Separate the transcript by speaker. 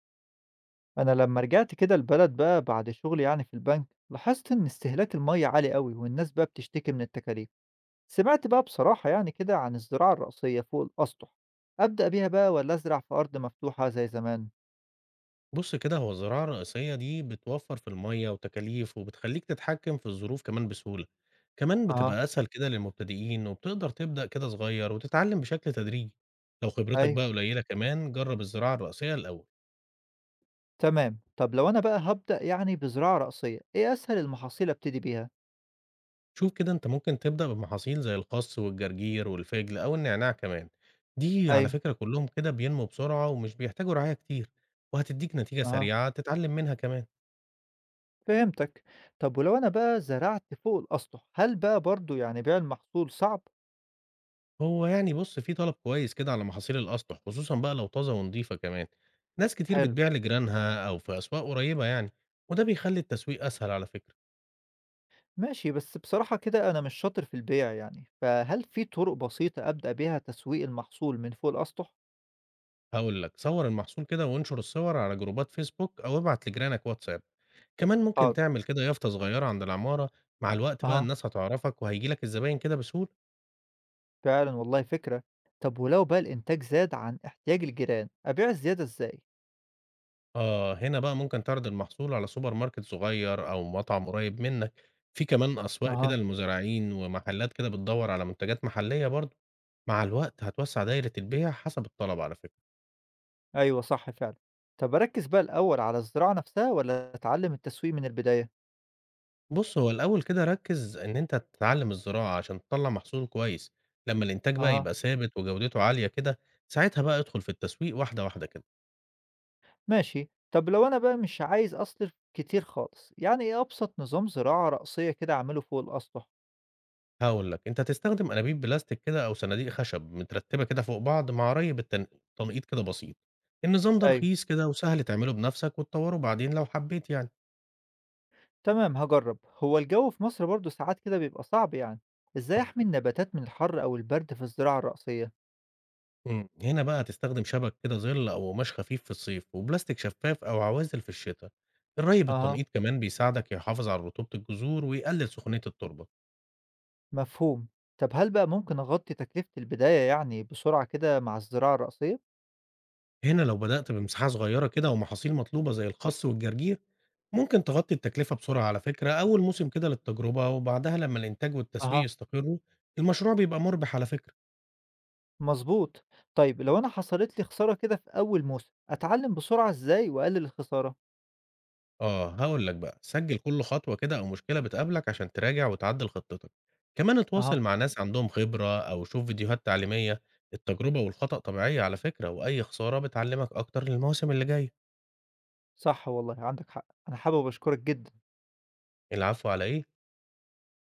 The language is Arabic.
Speaker 1: أنا لما رجعت كده البلد بقى بعد شغلي يعني في البنك، لاحظت إن استهلاك المية عالي أوي، والناس بقى بتشتكي من التكاليف. سمعت بقى بصراحة يعني كده عن الزراعة الرأسية فوق الأسطح. أبدأ بيها بقى ولا أزرع في أرض مفتوحة زي زمان؟
Speaker 2: بُص كده، هو الزراعة الرئيسية دي بتوفّر في المَيّة وتكاليف، وبتخلّيك تتحكّم في الظروف كمان بسهولة، كمان
Speaker 1: أها.
Speaker 2: بتبقى أسهل كده للمبتدئين، وبتقدر تبدأ كده صغير وتتعلّم بشكل تدريجي، لو خبرتك
Speaker 1: أيوه.
Speaker 2: بقى قليلة كمان جرّب الزراعة الرئيسية الأول.
Speaker 1: تمام. طب لو أنا بقى هبدأ يعني بزراعة رأسية، إيه أسهل المحاصيل أبتدي بيها؟
Speaker 2: شوف كده أنت ممكن تبدأ بمحاصيل زي الخس والجرجير والفجل أو النعناع كمان، دي على
Speaker 1: أيوه.
Speaker 2: فكرة كلّهم كده بينمو بسرعة ومش بيحتاجوا رعاية كتير، وهتدّيك نتيجة
Speaker 1: أها.
Speaker 2: سريعة تتعلّم منها كمان.
Speaker 1: فهمتك. طب ولو أنا بقى زرعت فوق الأسطح، هل بقى برضو يعني بيع المحصول صعب؟
Speaker 2: هو يعني بُص، في طلب كويس كده على محاصيل الأسطح، خصوصًا بقى لو طازة ونضيفة كمان. ناس كتير
Speaker 1: حلو.
Speaker 2: بتبيع لجيرانها أو في أسواق قريبة يعني، وده بيخلّي التسويق أسهل على فكرة.
Speaker 1: ماشي، بس بصراحة كده أنا مش شاطر في البيع يعني، فهل في طرق بسيطة أبدأ بيها تسويق المحصول من فوق الأسطح؟
Speaker 2: هاقول لك، صوّر المحصول كده وانشر الصور على جروبات فيسبوك أو ابعت لجيرانك واتساب. كمان ممكن
Speaker 1: حاضر.
Speaker 2: تعمل كده يافطة صغيرة عند العمارة، مع الوقت بقى
Speaker 1: أها.
Speaker 2: الناس هتعرفك وهييجي لك الزباين كده بسهولة.
Speaker 1: فعلا والله فكرة. طب ولو بقى الإنتاج زاد عن احتياج الجيران، أبيع الزيادة إزاي؟
Speaker 2: هنا بقى ممكن تعرض المحصول على سوبر ماركت صغير أو مطعم قريب منك، في كمان أسواق كده
Speaker 1: أها.
Speaker 2: للمزارعين ومحلات كده بتدور على منتجات محلية برضه، مع الوقت هتوسع دايرة البيع حسب الطلب على فكرة.
Speaker 1: أيوه صح فعلا. طب أركز بقى الأول على الزراعة نفسها ولا أتعلم التسويق من البداية؟
Speaker 2: بُص هو الأول كده ركز إن أنت تتعلم الزراعة عشان تطلع محصول كويس، لما الإنتاج بقى
Speaker 1: أها.
Speaker 2: يبقى ثابت وجودته عالية كده، ساعتها بقى ادخل في التسويق واحدة واحدة كده.
Speaker 1: ماشي، طب لو أنا بقى مش عايز أصرف كتير خالص، يعني إيه أبسط نظام زراعة رأسية كده أعمله فوق الأسطح؟
Speaker 2: هاقول لك، أنت هتستخدم أنابيب بلاستيك كده أو صناديق خشب مترتبة كده فوق بعض مع ري تنقيط كده بسيط. النظام ده
Speaker 1: أيوه.
Speaker 2: رخيص كده وسهل تعمله بنفسك وتطوره بعدين لو حبيت يعني.
Speaker 1: تمام هجرب. هو الجو في مصر برضه ساعات كده بيبقى صعب يعني، ازاي
Speaker 2: آه،
Speaker 1: احمي النباتات من الحر او البرد في الزراعة الرأسية؟
Speaker 2: إمم، هنا بقى هتستخدم شبك كده ظل أو قماش خفيف في الصيف وبلاستيك شفاف أو عوازل في الشتا. الري
Speaker 1: اها.
Speaker 2: بالتنقيط كمان بيساعدك يحافظ على رطوبة الجذور ويقلل سخونية التربة.
Speaker 1: مفهوم. طب هل بقى ممكن اغطي تكلفة البداية يعني بسرعة كده مع الزراعة الرأسية؟
Speaker 2: هنا لو بدأت بمساحة صغيرة كده ومحاصيل مطلوبة زي الخس والجرجير ممكن تغطي التكلفة بسرعة على فكرة أول موسم كده للتجربة، وبعدها لما الإنتاج والتسويق
Speaker 1: اها.
Speaker 2: يستقروا المشروع بيبقى مربح على فكرة.
Speaker 1: مظبوط. طيب لو انا حصلت لي خسارة كده في اول موسم، اتعلم بسرعة ازاي واقلل الخسارة؟
Speaker 2: هقول لك بقى سجل كل خطوة كده أو مشكلة بتقابلك عشان تراجع وتعدل خطتك، كمان اتواصل
Speaker 1: اها.
Speaker 2: مع ناس عندهم خبرة أو شوف فيديوهات تعليمية. التجربة والخطأ طبيعية على فكرة، وأي خسارة بتعلمك أكتر للمواسم اللي جاية.
Speaker 1: صح والله عندك حق، انا حابب اشكرك جدا.
Speaker 2: العفو على إيه.